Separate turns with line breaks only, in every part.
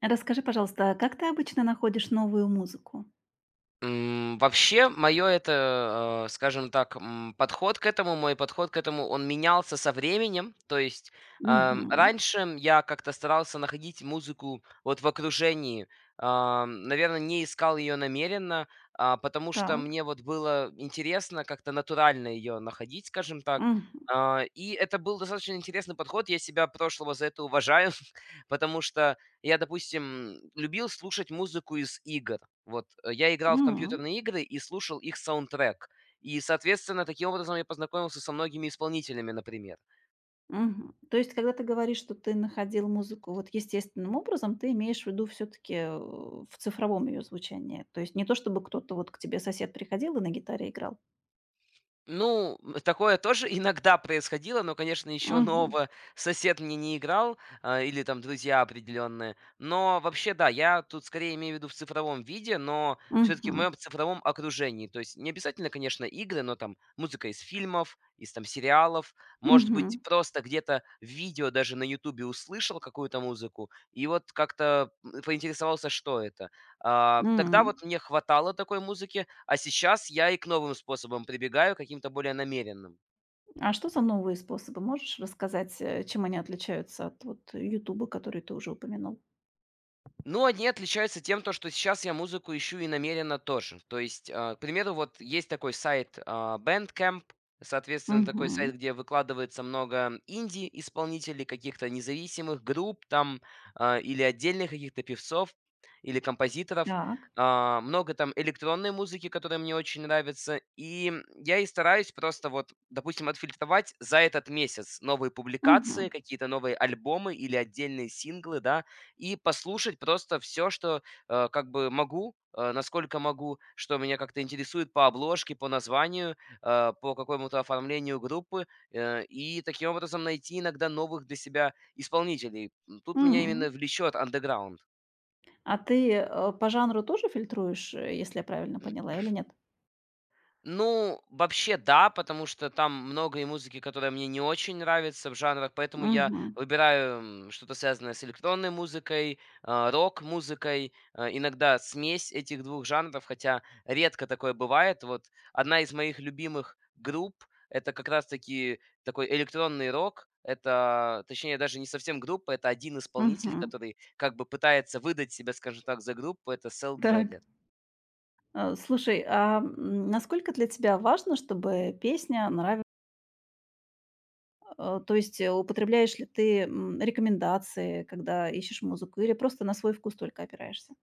Расскажи, пожалуйста, как ты обычно находишь новую музыку?
Вообще, скажем так, мой подход к этому, он менялся со временем. То есть,
Мгм.
раньше я как-то старался находить музыку вот в окружении. Наверное, не искал ее намеренно, потому что
Так.
мне вот было интересно как-то натурально ее находить, скажем так.
Мгм.
И это был достаточно интересный подход. Я себя прошлого за это уважаю, потому что я, допустим, любил слушать музыку из игр. Вот, я играл в
М.
компьютерные игры и слушал их саундтрек. И, соответственно, таким образом я познакомился со многими исполнителями, например.
Мгм. То есть, когда ты говоришь, что ты находил музыку вот естественным образом, ты имеешь в виду все таки в цифровом ее звучании? То есть не то, чтобы кто-то вот к тебе сосед приходил и на гитаре играл?
Ну, такое тоже иногда происходило, но, конечно, ничего
Мгм.
нового сосед мне не играл, или там друзья определенные. Но вообще, да, я тут скорее имею в виду в цифровом виде, но все-таки в
Мгм.
моем цифровом окружении. То есть не обязательно, конечно, игры, но там музыка из фильмов, из там сериалов. Может
Мгм.
быть, просто где-то в видео даже на Ютубе услышал какую-то музыку и вот как-то поинтересовался, что это. Тогда
М.
вот мне хватало такой музыки, а сейчас я и к новым способам прибегаю, каким-то более намеренным.
А что за новые способы? Можешь рассказать, чем они отличаются от вот "Ютуба", который ты уже упомянул?
Ну, они отличаются тем, то, что сейчас я музыку ищу и намеренно тоже. То есть, к примеру, вот есть такой сайт Bandcamp, соответственно, такой
Мгм.
сайт, где выкладывается много инди-исполнителей, каких-то независимых групп там, или отдельных каких-то певцов, или композиторов.
Так.
Много там электронной музыки, которая мне очень нравится. И я и стараюсь просто вот, допустим, отфильтровать за этот месяц новые публикации,
Мгм.
какие-то новые альбомы или отдельные синглы, да, и послушать просто все что, как бы могу, насколько могу, что меня как-то интересует по обложке, по названию, по какому-то оформлению группы, и таким образом найти иногда новых для себя исполнителей. Тут меня
М.
именно влечет андеграунд.
А ты, по жанру тоже фильтруешь, если я правильно поняла, или нет?
Ну, вообще, да, потому что там много и музыки, которая мне не очень нравится в жанрах, поэтому я
Мгм.
выбираю что-то связанное с электронной музыкой, рок-музыкой, иногда смесь этих двух жанров, хотя редко такое бывает. Вот одна из моих любимых групп — это как раз-таки такой электронный рок, это, точнее, даже не совсем группа, это один исполнитель,
Мгм.
который как бы пытается выдать себя, скажем так, за группу, это Cell
Так.
Dweller.
Слушай, насколько для тебя важно, чтобы песня нравилась? То есть, употребляешь ли ты, рекомендации, когда ищешь музыку, или просто на свой вкус только опираешься?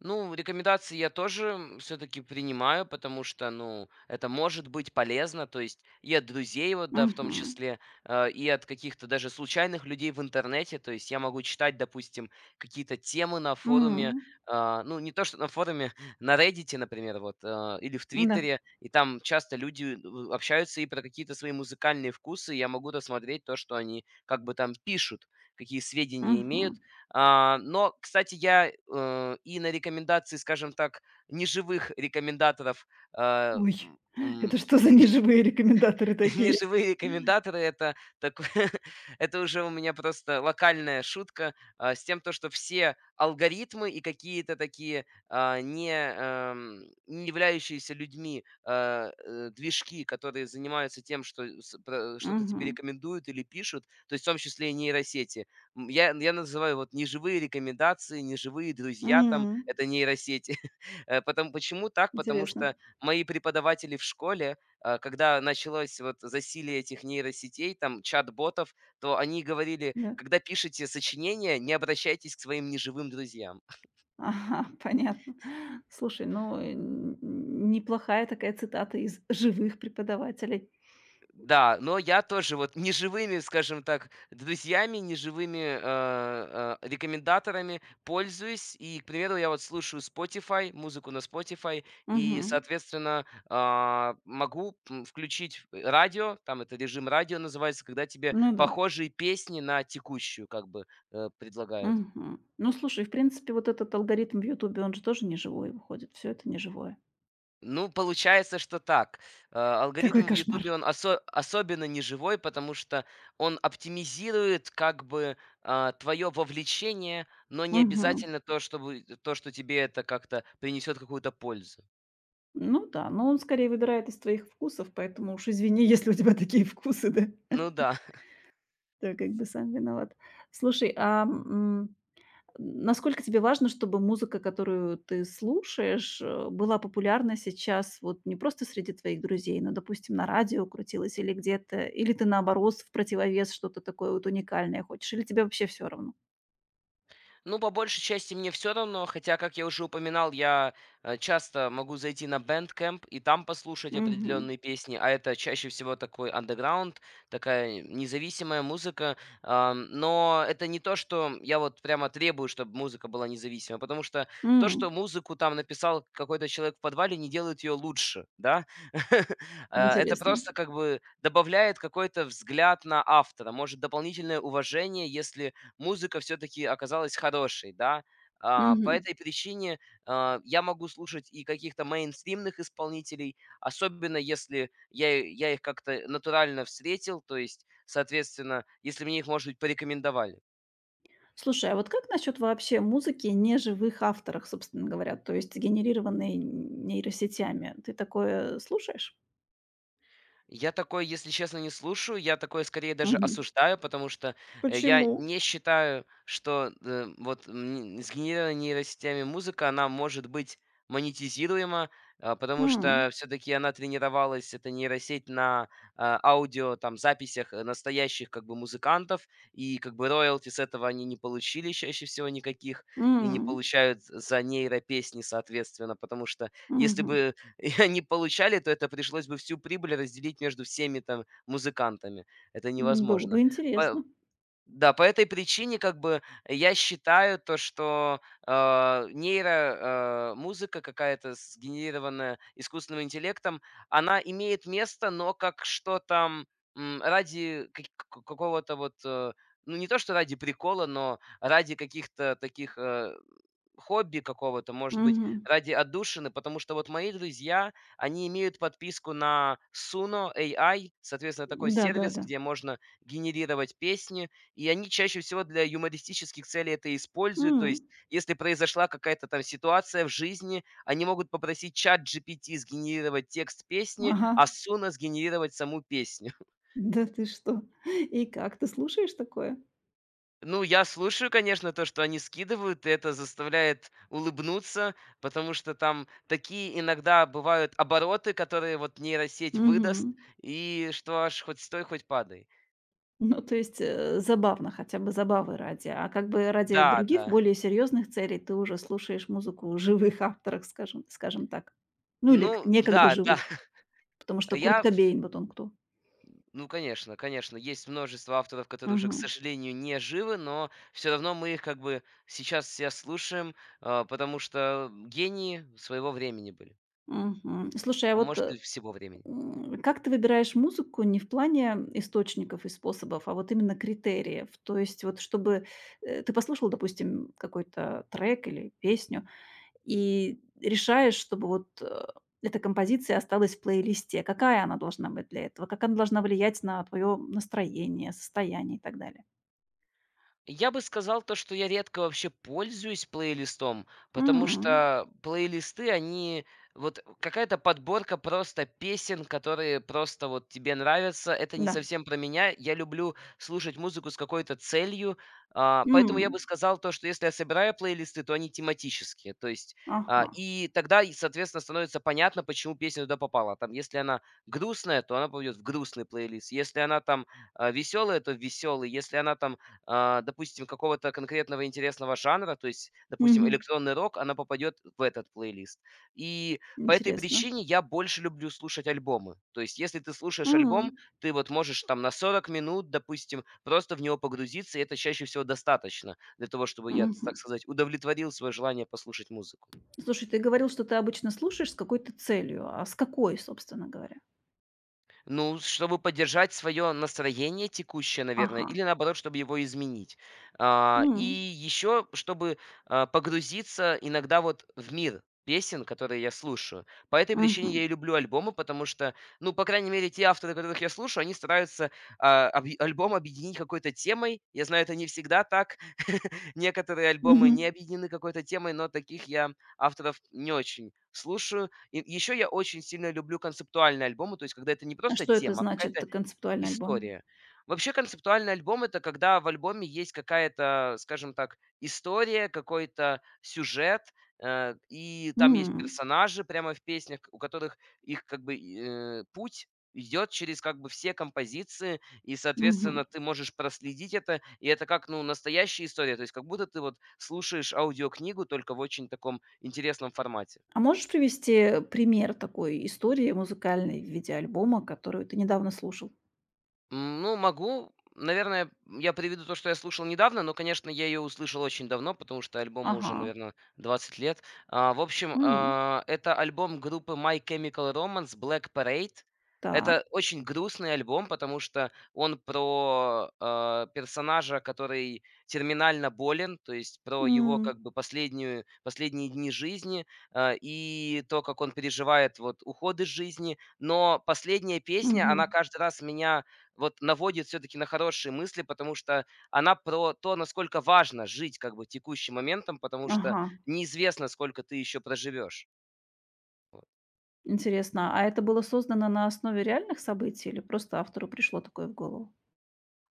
Ну, рекомендации я тоже все-таки принимаю, потому что, ну, это может быть полезно, то есть и от друзей, вот, да, в том
Мгм.
числе, и от каких-то даже случайных людей в интернете, то есть я могу читать, допустим, какие-то темы на форуме,
М.
ну, не то что на форуме, на Reddit, например, вот, или в
Да.
Твиттере, и там часто люди общаются и про какие-то свои музыкальные вкусы, и я могу рассмотреть то, что они как бы там пишут, какие сведения имеют,
Мгм.
но, кстати, я, и на рекомендации, скажем так, неживых рекомендаторов, а,
Ой,
м,
это
м,
что за
и
неживые рекомендаторы такие?
неживые комментаторы — это такое. Это уже у меня просто локальная шутка, с тем, то что все алгоритмы и какие-то такие, не являющиеся людьми, движки, которые занимаются тем, что с про что-то тебе
Мгм.
рекомендуют или пишут, то есть в том числе и нейросети. Я называю вот неживые рекомендации, неживые друзья там —
М.
это нейросети. Потом почему так? Потому
Интересно.
что мои преподаватели в школе, когда началось вот засилие этих нейросетей, там, чат-ботов, то они говорили,
Да.
когда пишете сочинения, не обращайтесь к своим неживым друзьям.
Ага, понятно. Слушай, ну, э, н неплохая такая цитата из живых преподавателей.
Да, но я тоже вот неживыми, скажем так, друзьями, неживыми рекомендаторами пользуюсь. И, к примеру, я вот слушаю Spotify, музыку на Spotify, и,
Мгм.
соответственно, могу включить радио, там это режим радио называется, когда тебе
Ну да.
похожие песни на текущую как бы предлагают.
Мгм. Ну, слушай, в принципе, вот этот алгоритм в "Ютубе", он же тоже не живой выходит, все это не живое.
Ну, получается, что так.
Какой
Алгоритм в "Ютубе",
кошмар.
он особенно не живой, потому что он оптимизирует как бы, твое вовлечение, но не
Мгм.
обязательно то, чтобы то, что тебе это как-то принесет какую-то пользу.
Ну да, но он скорее выбирает из твоих вкусов, поэтому уж извини, если у тебя такие вкусы, да.
Ну да.
Ты как бы сам виноват. Слушай, насколько тебе важно, чтобы музыка, которую ты слушаешь, была популярна сейчас вот не просто среди твоих друзей, но, допустим, на радио крутилась или где-то, или ты, наоборот, в противовес что-то такое вот уникальное хочешь, или тебе вообще все равно?
Ну, по большей части мне все равно, хотя, как я уже упоминал, я часто могу зайти на Bandcamp и там послушать
Мгм.
определенные песни, а это чаще всего такой андеграунд, такая независимая музыка. Но это не то, что я вот прямо требую, чтобы музыка была независима, потому что то,
М,
что музыку там написал какой-то человек в подвале, не делает ее лучше, да? Это
интересно.
просто как бы добавляет какой-то взгляд на автора, может, дополнительное уважение, если музыка все-таки оказалась хорошей, да. По
Мгм.
этой причине я могу слушать и каких-то мейнстримных исполнителей, особенно если я их как-то натурально встретил, то есть, соответственно, если мне их, может быть, порекомендовали.
Слушай, а вот как насчет вообще музыки неживых авторов, собственно говоря, то есть генерированной нейросетями? Ты такое слушаешь?
Я такое, если честно, не слушаю. Я такое скорее даже
Мгм.
осуждаю, потому что я
Почему?
не считаю, что сгенерированная нейросетями музыка, она может быть монетизируема, потому
М,
что все-таки она тренировалась, эта нейросеть, на аудио, там, записях настоящих, как бы, музыкантов, и, как бы, роялти с этого они не получили чаще всего никаких, и не
м,
получают за нейропесни, соответственно, потому что если
мгм.
бы и они получали, то это пришлось бы всю прибыль разделить между всеми там музыкантами. Это
М, было
невозможно.
бы
По
интересно.
Да, по этой причине, как бы, я считаю то, что, а, нейро, музыка какая-то, сгенерированная искусственным интеллектом, она имеет место, но как что-то, ради каки ка какого-то вот, ну, не то что ради прикола, но ради каких-то таких, хобби какого-то, может быть,
Мгм.
ради отдушины. Потому что вот мои друзья, они имеют подписку на Suno AI, соответственно, такой сервис,
Да-да-да.
где можно генерировать песни. И они чаще всего для юмористических целей это используют. То
М.
есть, если произошла какая-то там ситуация в жизни, они могут попросить чат GPT сгенерировать текст песни,
Ага.
а Суна сгенерировать саму песню.
Да ты что? И как, ты слушаешь такое?
Ну, я слушаю, конечно, то, что они скидывают, и это заставляет улыбнуться, потому что там такие иногда бывают обороты, которые вот нейросеть выдаст,
Мгм.
и что аж хоть стой, хоть падай.
Ну, то есть, забавно, хотя бы забавы ради, а как бы ради
Да,
других,
да.
более серьезных целей ты уже слушаешь музыку живых авторов, скажем так. Ну, или к
Ну
некогда
да, да.
живых, потому что Курт
Я
Кобейн, вот он кто.
Ну, конечно, конечно, есть множество авторов, которые уже, к
Мгм.
сожалению, не живы, но все равно мы их как бы сейчас все слушаем, потому что гении своего времени были,
Мгм. Слушай, а
а
вот,
может
э
и всего времени.
М, как ты выбираешь музыку не в плане источников и способов, а вот именно критериев? То есть вот чтобы, ты послушал, допустим, какой-то трек или песню и решаешь, чтобы вот, эта композиция осталась в плейлисте. Какая она должна быть для этого? Как она должна влиять на твое настроение, состояние и так далее?
Я бы сказал то, что я редко вообще пользуюсь плейлистом, потому
М,
что плейлисты, они вот какая-то подборка просто песен, которые просто вот тебе нравятся. Это не
да.
совсем про меня. Я люблю слушать музыку с какой-то целью, поэтому я
М,
бы сказал то, что если я собираю плейлисты, то они тематические. То есть,
ага.
и тогда, и, соответственно, становится понятно, почему песня туда попала. Там, если она грустная, то она пойдет в грустный плейлист. Если она там веселая, то веселый. Если она там допустим, какого-то конкретного интересного жанра, то есть, допустим,
Мгм.
электронный рок, она попадет в этот плейлист. И по этой
Интересно.
причине я больше люблю слушать альбомы. То есть, если ты слушаешь альбом,
М,
ты вот можешь там на 40 минут, допустим, просто в него погрузиться, и это чаще всего достаточно для того, чтобы я, так
мгм.
сказать, удовлетворил свое желание послушать музыку.
Слушай, ты говорил, что ты обычно слушаешь с какой-то целью. А с какой, собственно говоря?
Ну, чтобы поддержать свое настроение текущее, наверное,
Ага.
или наоборот, чтобы его изменить. И
М.
еще, чтобы погрузиться иногда вот в мир песен, которые я слушаю. По этой причине я
Мгм.
и люблю альбомы, потому что, ну, по крайней мере, те авторы, которых я слушаю, они стараются альбом объединить какой-то темой. Я знаю, это не всегда так. Некоторые альбомы
Мгм.
не объединены какой-то темой, но таких я авторов не очень слушаю. И еще я очень сильно люблю концептуальные альбомы, то есть когда это не
А
просто
что это
тема, а
значит,
какая-то
концептуальный альбом?
история. Вообще концептуальный альбом — это когда в альбоме есть какая-то, скажем так, история, какой-то сюжет, и там есть
М.
персонажи прямо в песнях, у которых их как бы, путь идет через как бы все композиции, и, соответственно,
Мгм.
ты можешь проследить это, и это как, ну, настоящая история, то есть как будто ты вот слушаешь аудиокнигу, только в очень таком интересном формате.
А можешь привести пример такой истории музыкальной в виде альбома, которую ты недавно слушал?
Ну, могу. Наверное, я приведу то, что я слушал недавно, но, конечно, я ее услышал очень давно, потому что альбому уже,
Ага.
наверное, 20 лет. В общем,
М.
это альбом группы My Chemical Romance Black Parade.
Так.
Это очень грустный альбом, потому что он про персонажа, который терминально болен, то есть про его
М.
как бы последние дни жизни, и то, как он переживает вот уход из жизни. Но последняя песня,
Мгм.
она каждый раз меня вот наводит все-таки на хорошие мысли, потому что она про то, насколько важно жить как бы текущим моментом, потому что
Ага.
неизвестно, сколько ты еще проживешь. Вот.
Интересно. А это было создано на основе реальных событий или просто автору пришло такое в голову?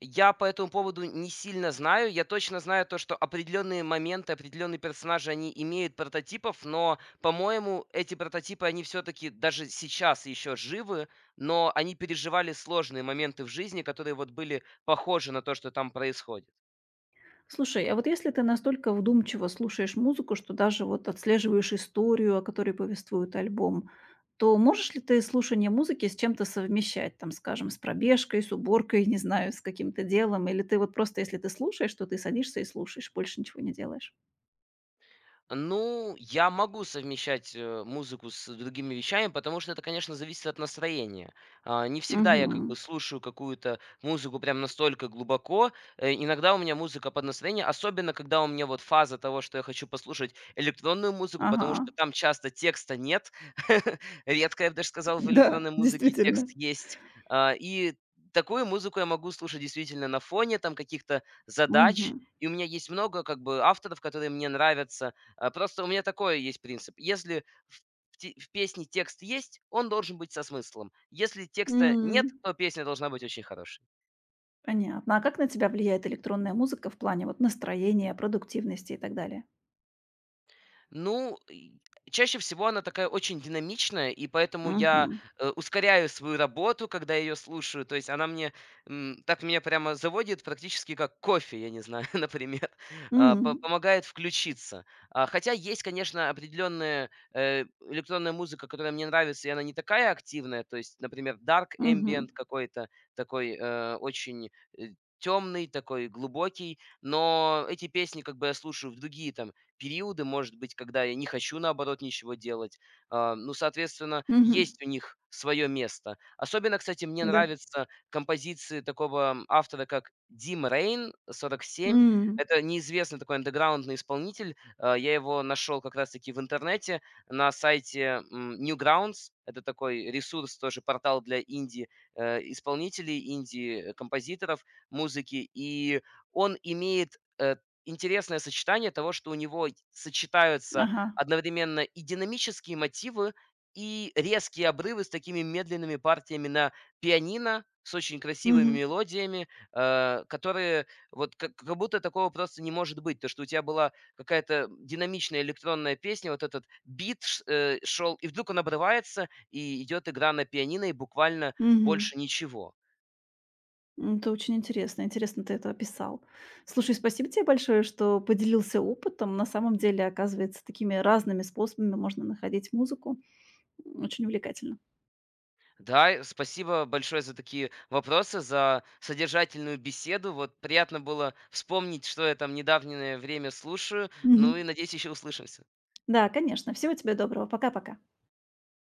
Я по этому поводу не сильно знаю. Я точно знаю то, что определенные моменты, определенные персонажи, они имеют прототипов, но, по-моему, эти прототипы, они все-таки даже сейчас еще живы, но они переживали сложные моменты в жизни, которые вот были похожи на то, что там происходит.
Слушай, а вот если ты настолько вдумчиво слушаешь музыку, что даже вот отслеживаешь историю, о которой повествует альбом, то можешь ли ты слушание музыки с чем-то совмещать, там, скажем, с пробежкой, с уборкой, не знаю, с каким-то делом? Или ты вот просто, если ты слушаешь, то ты садишься и слушаешь, больше ничего не делаешь?
Ну, я могу совмещать, музыку с другими вещами, потому что это, конечно, зависит от настроения. Не всегда я как
Мгм.
бы слушаю какую-то музыку прям настолько глубоко. Иногда у меня музыка под настроение, особенно когда у меня вот фаза того, что я хочу послушать электронную музыку, потому
Ага.
что там часто текста нет. Редко, я бы даже сказал, в
Да,
электронной музыке
действительно.
текст есть. И такую музыку я могу слушать действительно на фоне там каких-то задач.
Мгм.
И у меня есть много как бы авторов, которые мне нравятся, просто у меня такой есть принцип. Если в песне текст есть, он должен быть со смыслом. Если текста нет,
М.
то песня должна быть очень хорошей.
Понятно. А как на тебя влияет электронная музыка в плане вот настроения, продуктивности и так далее?
Ну, и чаще всего она такая очень динамичная, и поэтому я,
Мгм.
ускоряю свою работу, когда ее слушаю. То есть она мне, так меня прямо заводит практически как кофе, я не знаю, например, по
М.
помогает включиться. Хотя есть, конечно, определенная электронная музыка, которая мне нравится, и она не такая активная. То есть, например, dark
Мгм.
ambient какой-то такой, очень, темный такой глубокий. Но эти песни как бы я слушаю в другие там периоды, может быть, когда я не хочу, наоборот, ничего делать. Ну, соответственно,
Мгм.
есть у них свое место. Особенно, кстати, мне
Да.
нравятся композиции такого автора, как Дим Рейн, 47.
М.
Это неизвестный такой андеграундный исполнитель. Я его нашел как раз-таки в интернете на сайте Newgrounds. Это такой ресурс, тоже портал для инди-исполнителей, инди-композиторов музыки. И он имеет интересное сочетание того, что у него сочетаются
Ага.
одновременно и динамические мотивы, и резкие обрывы с такими медленными партиями на пианино, с очень красивыми
Мгм.
мелодиями, которые вот как будто такого просто не может быть. То, что у тебя была какая-то динамичная электронная песня, вот этот бит шёл, и вдруг он обрывается, и идет игра на пианино, и буквально
Мгм.
больше ничего.
М, это очень интересно. Интересно, ты это описал. Слушай, спасибо тебе большое, что поделился опытом. На самом деле, оказывается, такими разными способами можно находить музыку. М, очень увлекательно.
Да, и спасибо большое за такие вопросы, за содержательную беседу. Вот приятно было вспомнить, что я там недавнее время слушаю. Ну и
Мгм.
надеюсь, еще услышимся.
Да, конечно. Всего тебе доброго. Пока-пока.